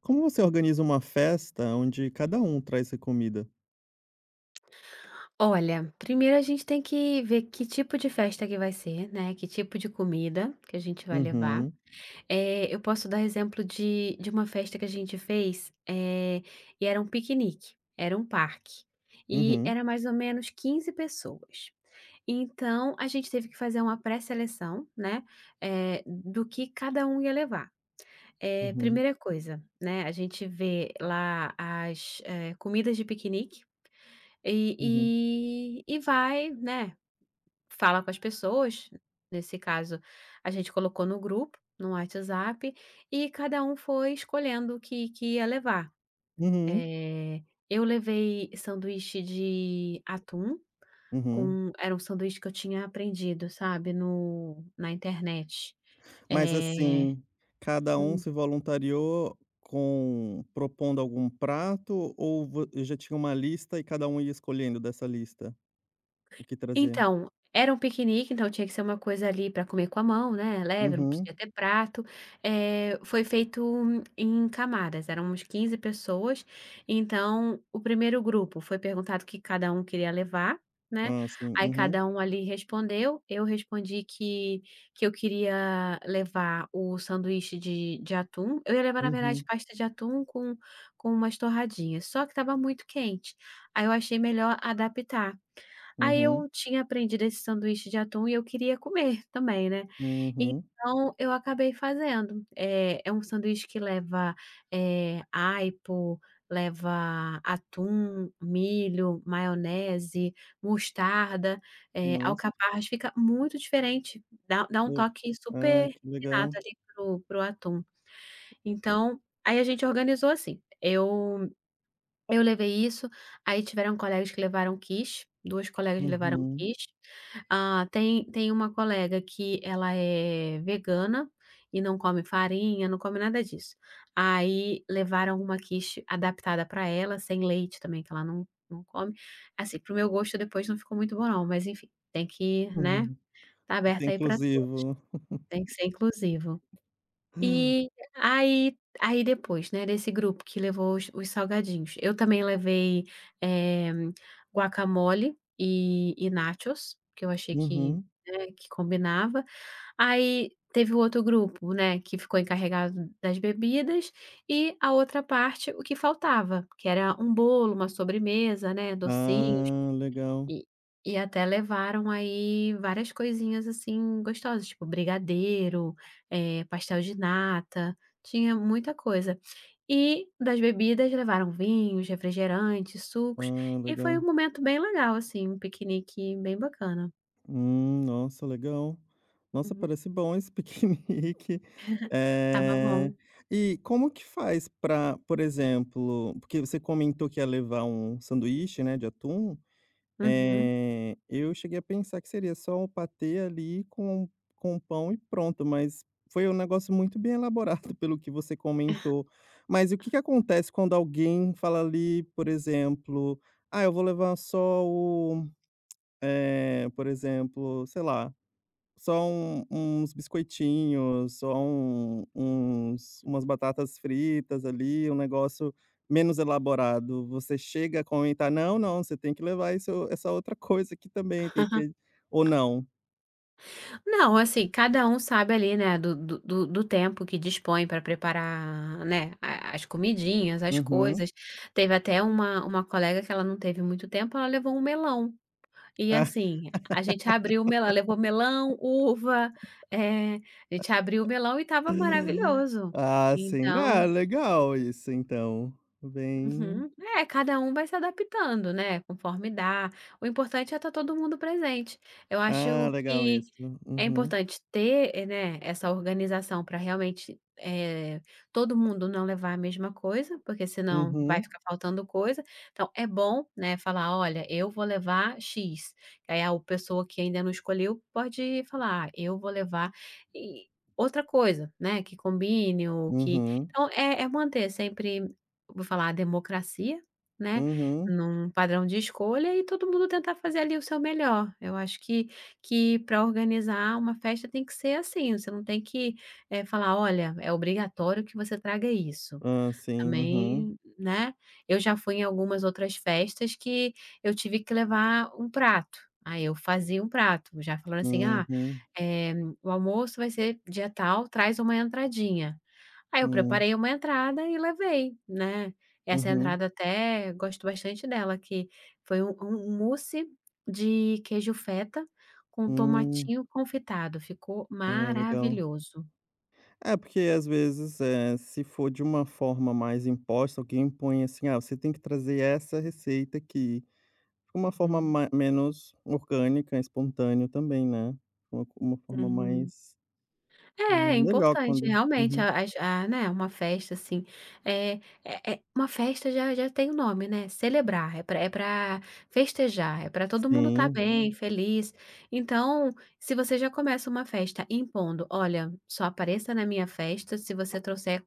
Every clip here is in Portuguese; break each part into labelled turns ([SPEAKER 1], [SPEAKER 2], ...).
[SPEAKER 1] Como você organiza uma festa onde cada um traz a comida?
[SPEAKER 2] Olha, primeiro a gente tem que ver que tipo de festa que vai ser, né, que tipo de comida que a gente vai levar.
[SPEAKER 1] Uhum,
[SPEAKER 2] Eu posso dar exemplo de uma festa que a gente fez, e era um piquenique, era um parque, e
[SPEAKER 1] uhum,
[SPEAKER 2] era mais ou menos 15 pessoas. Então, a gente teve que fazer uma pré-seleção, né, do que cada um ia levar.
[SPEAKER 1] uhum,
[SPEAKER 2] Primeira coisa, né, a gente vê lá as, comidas de piquenique,
[SPEAKER 1] uhum,
[SPEAKER 2] e vai, né, fala com as pessoas, nesse caso, a gente colocou no grupo, no WhatsApp, e cada um foi escolhendo o que que ia levar.
[SPEAKER 1] uhum,
[SPEAKER 2] Eh, eu levei sanduíche de atum
[SPEAKER 1] uhum.
[SPEAKER 2] com era um sanduíche que eu tinha aprendido, sabe, no na internet.
[SPEAKER 1] Mas
[SPEAKER 2] Eh
[SPEAKER 1] assim, cada um
[SPEAKER 2] hum.
[SPEAKER 1] se voluntariou com propondo algum prato ou vo já tinha uma lista e cada um ia escolhendo dessa lista o que trazer?
[SPEAKER 2] Então, era um piquenique, então tinha que ser uma coisa ali para comer com a mão, né, leve, não
[SPEAKER 1] Uhum.
[SPEAKER 2] podia ter prato. Foi feito em camadas, eram uns 15 pessoas. Então, o primeiro grupo foi perguntado o que cada um queria levar, né,
[SPEAKER 1] Ah, sim.
[SPEAKER 2] aí
[SPEAKER 1] Uhum,
[SPEAKER 2] cada um ali respondeu. Eu respondi que eu queria levar o sanduíche de atum. Eu ia levar, na verdade,
[SPEAKER 1] uhum,
[SPEAKER 2] pasta de atum com umas torradinhas, só que estava muito quente, aí eu achei melhor adaptar. Aí
[SPEAKER 1] uhum,
[SPEAKER 2] eu tinha aprendido esse sanduíche de atum e eu queria comer também, né.
[SPEAKER 1] uhum.
[SPEAKER 2] Então eu acabei fazendo. É um sanduíche que leva, aipo, leva atum, milho, maionese, mostarda,
[SPEAKER 1] Nossa,
[SPEAKER 2] alcaparras, fica muito diferente, dá um
[SPEAKER 1] é.
[SPEAKER 2] toque super
[SPEAKER 1] Ai, que
[SPEAKER 2] refinado
[SPEAKER 1] legal.
[SPEAKER 2] ali pro atum. Então, aí a gente organizou assim, eu levei isso, aí tiveram colegas que levaram quiche. 2 colegas levaram
[SPEAKER 1] Uhum,
[SPEAKER 2] quiche. Ah, tem uma colega que ela é vegana e não come farinha, não come nada disso. Aí levaram uma quiche adaptada para ela, sem leite também, que ela não come. Assim, pro meu gosto depois não ficou muito bom não, mas enfim, tem que, né,
[SPEAKER 1] uhum.
[SPEAKER 2] tá
[SPEAKER 1] Isso é
[SPEAKER 2] aberta aí para tudo,
[SPEAKER 1] inclusivo.
[SPEAKER 2] tem que ser inclusivo. E aí depois, né, desse grupo que levou os salgadinhos, eu também levei, eh, guacamole e nachos, que eu achei que,
[SPEAKER 1] Uhum.
[SPEAKER 2] né, que combinava. Aí teve o outro grupo, né, que ficou encarregado das bebidas e a outra parte, o que faltava, que era um bolo, uma sobremesa, né, docinho.
[SPEAKER 1] Ah, legal.
[SPEAKER 2] E e até levaram aí várias coisinhas, assim, gostosas, tipo brigadeiro, pastel de nata, tinha muita coisa. E das bebidas levaram vinhos, refrigerantes, sucos,
[SPEAKER 1] Ah,
[SPEAKER 2] e foi um
[SPEAKER 1] legal.
[SPEAKER 2] momento bem legal, assim, um piquenique bem bacana.
[SPEAKER 1] Nossa, legal. Nossa,
[SPEAKER 2] Uhum.
[SPEAKER 1] parece bom esse piquenique.
[SPEAKER 2] Estava bom.
[SPEAKER 1] Eh, e como que faz para, por exemplo, porque você comentou que ia levar um sanduíche, né, de atum.
[SPEAKER 2] Uhum.
[SPEAKER 1] É, eu cheguei a pensar que seria só o patê ali com pão e pronto, mas foi um negócio muito bem elaborado pelo que você comentou. Mas o que que acontece quando alguém fala ali, por exemplo: "Ah, eu vou levar só o", por exemplo, sei lá, são uns biscoitinhos, são uns umas batatas fritas ali, um negócio menos elaborado. Você chega a comentar: "Não, não, você tem que levar essa outra coisa aqui também, tem que" ou não?
[SPEAKER 2] Não, assim, cada um sabe ali, né, do tempo que dispõe para preparar, né, a as comidinhas, as
[SPEAKER 1] Uhum.
[SPEAKER 2] coisas. Teve até uma colega que ela não teve muito tempo, ela levou um melão. E
[SPEAKER 1] Ah.
[SPEAKER 2] assim, a gente abriu o melão ela levou melão, uva, a gente abriu o melão e estava maravilhoso.
[SPEAKER 1] Ah, sim. Ah,
[SPEAKER 2] Então
[SPEAKER 1] legal isso então. Bem
[SPEAKER 2] Uhum. É, cada um vai se adaptando, né, conforme dá. O importante é estar todo mundo presente. Eu
[SPEAKER 1] Ah,
[SPEAKER 2] acho
[SPEAKER 1] legal
[SPEAKER 2] que
[SPEAKER 1] isso.
[SPEAKER 2] é
[SPEAKER 1] Uhum,
[SPEAKER 2] importante ter, né, essa organização para realmente, todo mundo não levar a mesma coisa, porque senão vai
[SPEAKER 1] uhum,
[SPEAKER 2] ficar faltando coisa. Então é bom, né, falar: "Olha, eu vou levar X". Aí a pessoa que ainda não escolheu pode falar: "Ah, eu vou levar", e outra coisa, né, que combine ou que
[SPEAKER 1] uhum,
[SPEAKER 2] então é manter sempre vou falar, a democracia, né,
[SPEAKER 1] uhum.
[SPEAKER 2] num padrão de escolha e todo mundo tentar fazer ali o seu melhor. Eu acho que para organizar uma festa tem que ser assim, você não tem que, falar: "Olha, é obrigatório que você traga isso".
[SPEAKER 1] Ah, sim. Uhum,
[SPEAKER 2] Também, né. Eu já fui em algumas outras festas que eu tive que levar um prato, aí eu fazia um prato, já falando assim: "Ah,
[SPEAKER 1] uhum,
[SPEAKER 2] eh, o almoço vai ser dia tal, traz uma entradinha". Aí eu
[SPEAKER 1] hum,
[SPEAKER 2] preparei uma entrada e levei, né. Essa
[SPEAKER 1] uhum,
[SPEAKER 2] entrada até gosto bastante dela, que foi um mousse de queijo feta com
[SPEAKER 1] hum.
[SPEAKER 2] tomatinho confitado, ficou
[SPEAKER 1] Ah, legal.
[SPEAKER 2] maravilhoso.
[SPEAKER 1] É, porque às vezes, se for de uma forma mais imposta, alguém põe assim: "Ah, você tem que trazer essa receita aqui". Fica uma forma
[SPEAKER 2] Uhum,
[SPEAKER 1] ma menos orgânica, espontâneo também, né. Uma forma
[SPEAKER 2] uhum.
[SPEAKER 1] mais,
[SPEAKER 2] É, é
[SPEAKER 1] melhor
[SPEAKER 2] importante,
[SPEAKER 1] quando
[SPEAKER 2] realmente,
[SPEAKER 1] uhum.
[SPEAKER 2] a as a né, uma festa, assim, é uma festa já tem o nome, né, celebrar, é para é para festejar, é para todo mundo estar
[SPEAKER 1] Sim,
[SPEAKER 2] bem, feliz. Então, se você já começa uma festa impondo: "Olha, só apareça na minha festa se você trouxer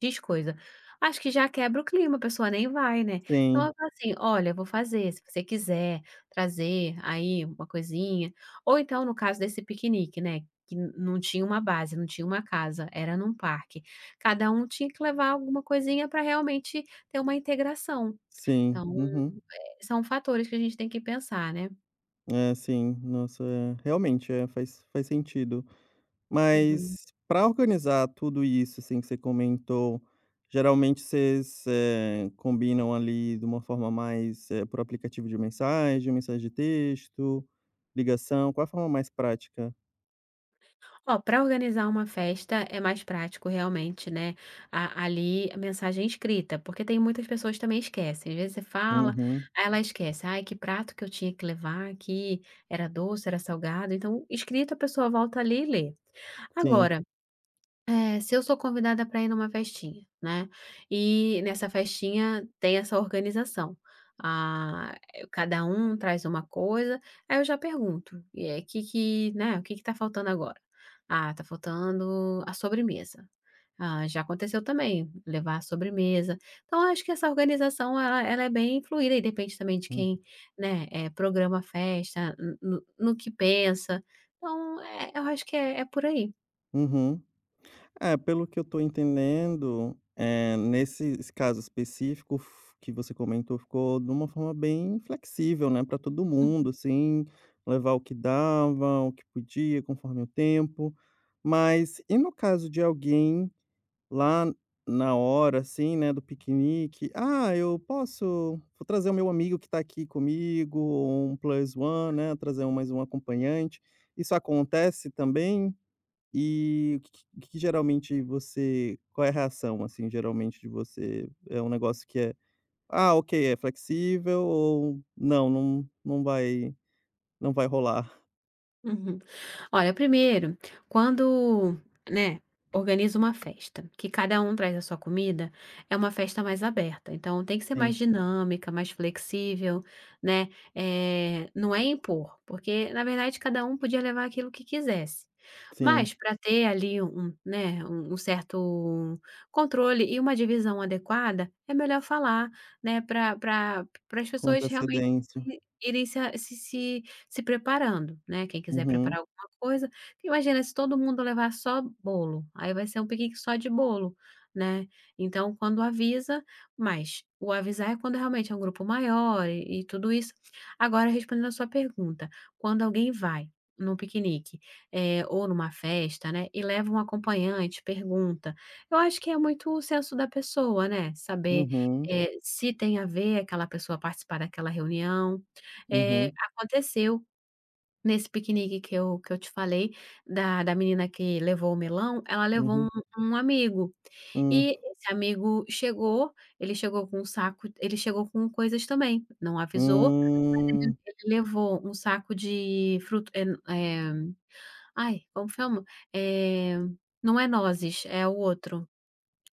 [SPEAKER 2] X coisa", acho que já quebra o clima, a pessoa nem vai, né. Então
[SPEAKER 1] sim,
[SPEAKER 2] eu falo assim: "Olha, vou fazer, se você quiser trazer aí uma coisinha", ou então no caso desse piquenique, né que n não tinha uma base, não tinha uma casa, era num parque. Cada um tinha que levar alguma coisinha para realmente ter uma integração.
[SPEAKER 1] sim.
[SPEAKER 2] Então,
[SPEAKER 1] Uhum.
[SPEAKER 2] são fatores que a gente tem que pensar, né.
[SPEAKER 1] É, sim. Nossa, é, realmente, é, faz sentido.
[SPEAKER 2] Uhum.
[SPEAKER 1] Mas para organizar tudo isso, assim, que você comentou, geralmente vocês, combinam ali de uma forma mais, por aplicativo de mensagem, mensagem de texto, ligação? Qual é a forma mais prática?
[SPEAKER 2] Ó, para organizar uma festa é mais prático realmente, né, a ali a mensagem escrita, porque tem muitas pessoas que também esquecem. Às vezes você fala,
[SPEAKER 1] Uhum,
[SPEAKER 2] aí ela esquece: "Ai, que prato que eu tinha que levar aqui, era doce, era salgado?". Então, escrito a pessoa volta ali e lê.
[SPEAKER 1] sim.
[SPEAKER 2] Agora É, se eu sou convidada para ir numa festinha, né, e nessa festinha tem essa organização. Ah, cada um traz uma coisa, aí eu já pergunto: "E é que, né, o que que tá faltando agora?". "Ah, tá faltando a sobremesa". Ah, já aconteceu também, levar a sobremesa. Então eu acho que essa organização ela é bem fluida e depende também de
[SPEAKER 1] Hum,
[SPEAKER 2] quem, né, programa a festa, no que pensa. Então, eu acho que é por aí.
[SPEAKER 1] uhum. É, pelo que eu tô entendendo, nesse caso específico f que você comentou, ficou de uma forma bem flexível, né, para todo mundo, assim, levar o que dava, o que podia, conforme o tempo. Mas e no caso de alguém lá na hora, assim, né, do piquenique: "Ah, eu posso vou trazer o meu amigo que tá aqui comigo", ou um plus one, né, trazer mais um acompanhante. Isso acontece também? E o que que geralmente você qual é a reação, assim, geralmente de você? É um negócio que é: "Ah, ok, é flexível", ou "Não, não não vai não vai rolar"?
[SPEAKER 2] Uhum. Olha, primeiro, quando, né, organiza uma festa, que cada um traz a sua comida, é uma festa mais aberta. Então, tem que ser mais
[SPEAKER 1] Sim,
[SPEAKER 2] dinâmica, mais flexível, né? É não é impor, porque, na verdade, cada um podia levar aquilo que quisesse. Mas,
[SPEAKER 1] sim,
[SPEAKER 2] para ter ali um, né, um certo controle e uma divisão adequada, é melhor falar, né, para as
[SPEAKER 1] com
[SPEAKER 2] pessoas realmente
[SPEAKER 1] antecedência.
[SPEAKER 2] irem se preparando, né, quem quiser preparar
[SPEAKER 1] Uhum,
[SPEAKER 2] alguma coisa, porque imagina se todo mundo levar só bolo, aí vai ser um piquenique só de bolo, né. Então quando avisa, mas o avisar é quando realmente é um grupo maior e tudo isso. Agora respondendo a sua pergunta, quando alguém vai num piquenique, ou numa festa, né, e leva um acompanhante, pergunta, eu acho que é muito o senso da pessoa, né, saber,
[SPEAKER 1] uhum,
[SPEAKER 2] se tem a ver aquela pessoa participar daquela reunião.
[SPEAKER 1] uhum,
[SPEAKER 2] Aconteceu Nesse piquenique que eu te falei, da menina que levou o melão, ela levou
[SPEAKER 1] uhum,
[SPEAKER 2] um amigo.
[SPEAKER 1] hum,
[SPEAKER 2] E esse amigo chegou, ele chegou com um saco ele chegou com coisas também, não avisou, mas ele
[SPEAKER 1] hum,
[SPEAKER 2] ele levou um saco de fruto é ai, como chama? É não é nozes, é o outro.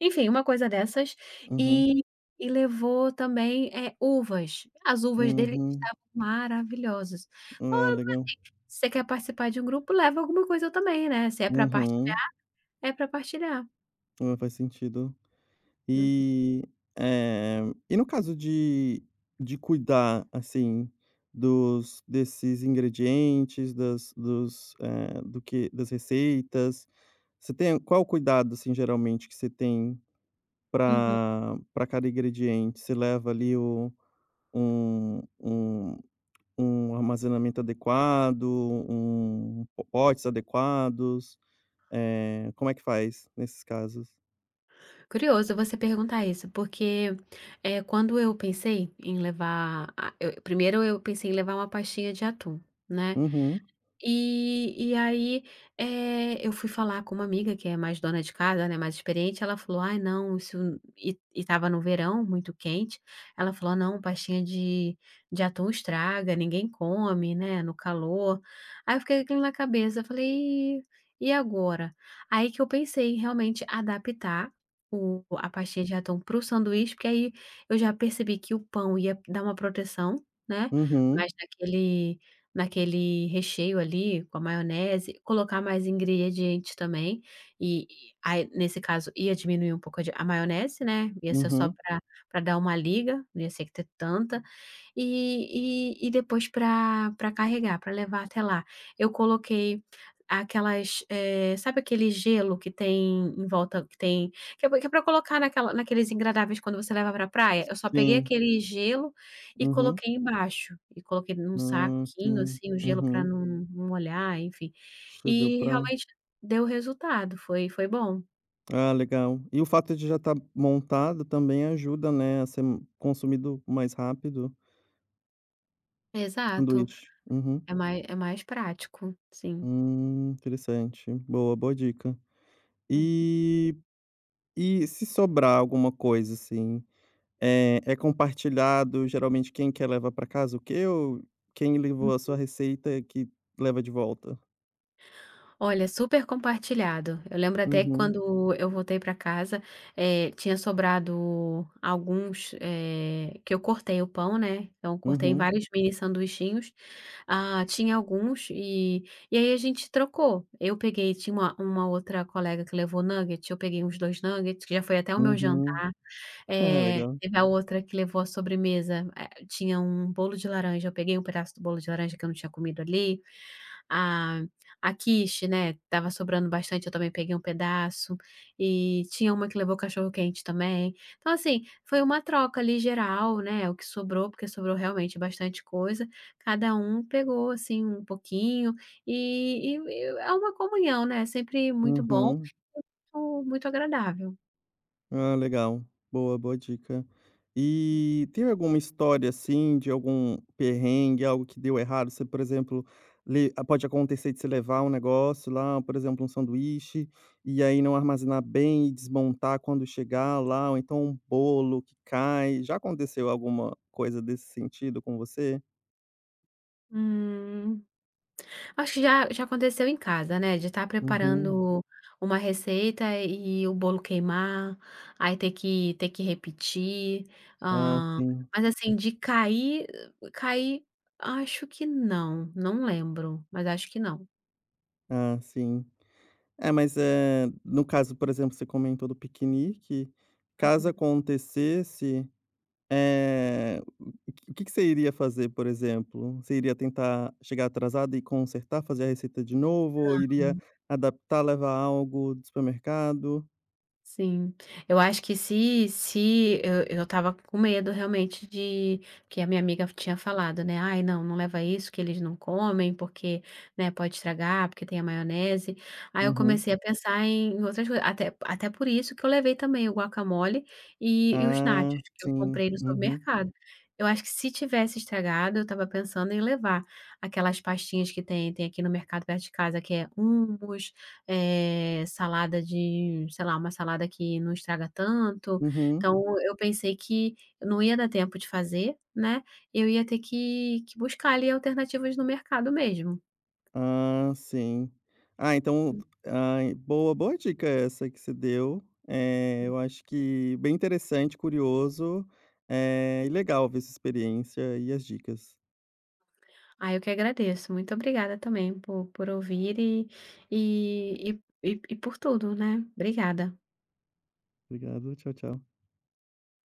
[SPEAKER 2] Enfim, uma coisa dessas,
[SPEAKER 1] uhum,
[SPEAKER 2] e e levou também, é uvas. As uvas dele
[SPEAKER 1] uhum.
[SPEAKER 2] estavam maravilhosas. Então
[SPEAKER 1] Ah, legal.
[SPEAKER 2] se você quer participar de um grupo, leva alguma coisa também, né, se é pra
[SPEAKER 1] Uhum.
[SPEAKER 2] partilhar, é pra partilhar.
[SPEAKER 1] Ah, faz sentido.
[SPEAKER 2] Uhum.
[SPEAKER 1] E, eh, e no caso de cuidar, assim, dos desses ingredientes, das dos, do que das receitas, você tem qual o cuidado, assim, geralmente que você tem
[SPEAKER 2] Uhum.
[SPEAKER 1] para cada ingrediente? Você leva ali o um um um armazenamento adequado, um potes adequados, como é que faz nesses casos?
[SPEAKER 2] Curioso você perguntar isso, porque, quando eu pensei em levar a eu primeiro eu pensei em levar uma pastinha de atum, né.
[SPEAKER 1] Uhum,
[SPEAKER 2] E aí, eu fui falar com uma amiga que é mais dona de casa, né, mais experiente, ela falou: "Ai não, isso" e estava no verão, muito quente, ela falou: "Não, pastinha de atum estraga, ninguém come, né, no calor". Aí eu fiquei com aquilo na cabeça, falei: "Ih, e agora?". Aí que eu pensei em realmente adaptar o a pastinha de atum para o sanduíche, porque aí eu já percebi que o pão ia dar uma proteção, né,
[SPEAKER 1] uhum,
[SPEAKER 2] mas naquele recheio ali, com a maionese, colocar mais ingredientes também, e aí, nesse caso, ia diminuir um pouco a de a maionese, né, ia ser só
[SPEAKER 1] uhum,
[SPEAKER 2] pra pra dar uma liga, não ia ser que ter tanta. E depois para carregar, para levar até lá, eu coloquei aquelas, sabe aquele gelo que tem em volta que tem que é colocar naquela naqueles engradáveis quando você leva pra praia? Eu só peguei
[SPEAKER 1] sim.
[SPEAKER 2] aquele gelo e
[SPEAKER 1] Uhum.
[SPEAKER 2] coloquei embaixo, e coloquei num saquinho,
[SPEAKER 1] Sim.
[SPEAKER 2] assim, o gelo para
[SPEAKER 1] Uhum.
[SPEAKER 2] não molhar, enfim.
[SPEAKER 1] Você deu
[SPEAKER 2] E
[SPEAKER 1] pra.
[SPEAKER 2] realmente deu resultado, foi foi bom.
[SPEAKER 1] Ah, legal. E o fato de já estar montado também ajuda, né, a ser consumido mais rápido, o
[SPEAKER 2] Exato.
[SPEAKER 1] sanduíche. Uhum.
[SPEAKER 2] É mais prático, sim.
[SPEAKER 1] Interessante. Boa, boa dica.
[SPEAKER 2] Uhum.
[SPEAKER 1] E e se sobrar alguma coisa, assim, é compartilhado, geralmente quem quer levar pra casa o quê ou quem levou a sua receita é que leva de volta?
[SPEAKER 2] Olha, super compartilhado. Eu lembro até que
[SPEAKER 1] Uhum.
[SPEAKER 2] quando eu voltei para casa, tinha sobrado alguns, que eu cortei o pão, né, então eu cortei em
[SPEAKER 1] Uhum.
[SPEAKER 2] vários mini sanduichinhos. Ah, tinha alguns e aí a gente trocou. Eu peguei tinha uma outra colega que levou nuggets, eu peguei uns 2 nuggets, que já foi até o meu
[SPEAKER 1] Uhum.
[SPEAKER 2] jantar.
[SPEAKER 1] Ah, legal.
[SPEAKER 2] Teve a outra que levou a sobremesa, tinha um bolo de laranja, eu peguei um pedaço do bolo de laranja que eu não tinha comido ali. A a quiche, né, tava sobrando bastante, eu também peguei um pedaço, e tinha uma que levou cachorro-quente também. Então, assim, foi uma troca ali geral, né, o que sobrou, porque sobrou realmente bastante coisa, cada um pegou, assim, um pouquinho, e é uma comunhão, né, sempre muito bom,
[SPEAKER 1] Uhum.
[SPEAKER 2] muito muito agradável.
[SPEAKER 1] Ah, legal. Boa, boa dica. E tem alguma história, assim, de algum perrengue, algo que deu errado? Você, por exemplo, le ah, pode acontecer de você levar um negócio lá, por exemplo, um sanduíche, e aí não armazenar bem e desmontar quando chegar lá, ou então um bolo que cai. Já aconteceu alguma coisa desse sentido com você?
[SPEAKER 2] Hum. Acho que já aconteceu em casa, né, de estar Uhum.
[SPEAKER 1] Uhum.
[SPEAKER 2] preparando uma receita e o bolo queimar, aí ter que repetir,
[SPEAKER 1] Ah,
[SPEAKER 2] Ah,
[SPEAKER 1] sim.
[SPEAKER 2] mas assim, de cair cair, acho que não, não lembro, mas acho que não.
[SPEAKER 1] Ah, sim. É, mas, no caso, por exemplo, você comentou do piquenique, caso
[SPEAKER 2] Uhum.
[SPEAKER 1] acontecesse. Eh, o que que você iria fazer, por exemplo? Você iria tentar chegar atrasado e consertar, fazer a receita de novo, ou iria adaptar, levar algo do supermercado?
[SPEAKER 2] Sim, eu acho que se eu estava com medo realmente de que a minha amiga tinha falado, né: "Ai, não, não leva isso que eles não comem, porque, né, pode estragar, porque tem a maionese". Aí eu
[SPEAKER 1] Uhum.
[SPEAKER 2] comecei a pensar em outras coisas, até por isso que eu levei também o guacamole e os nachos
[SPEAKER 1] Ah,
[SPEAKER 2] que eu
[SPEAKER 1] sim.
[SPEAKER 2] comprei no
[SPEAKER 1] Uhum,
[SPEAKER 2] supermercado. Eu acho que se tivesse estragado, eu estava pensando em levar aquelas pastinhas que tem aqui no mercado perto de casa, que é hummus, salada de sei lá, uma salada que não estraga tanto.
[SPEAKER 1] uhum.
[SPEAKER 2] Então, eu pensei que não ia dar tempo de fazer, né, eu ia ter que buscar ali alternativas no mercado mesmo.
[SPEAKER 1] Ah, sim. Ah, então, ai, boa boa dica essa que você deu. Eu acho que bem interessante, curioso, e legal ver essa experiência e as dicas.
[SPEAKER 2] Ah, eu que agradeço. Muito obrigada também por ouvir e e por tudo, né. Obrigada.
[SPEAKER 1] Obrigado, tchau, tchau.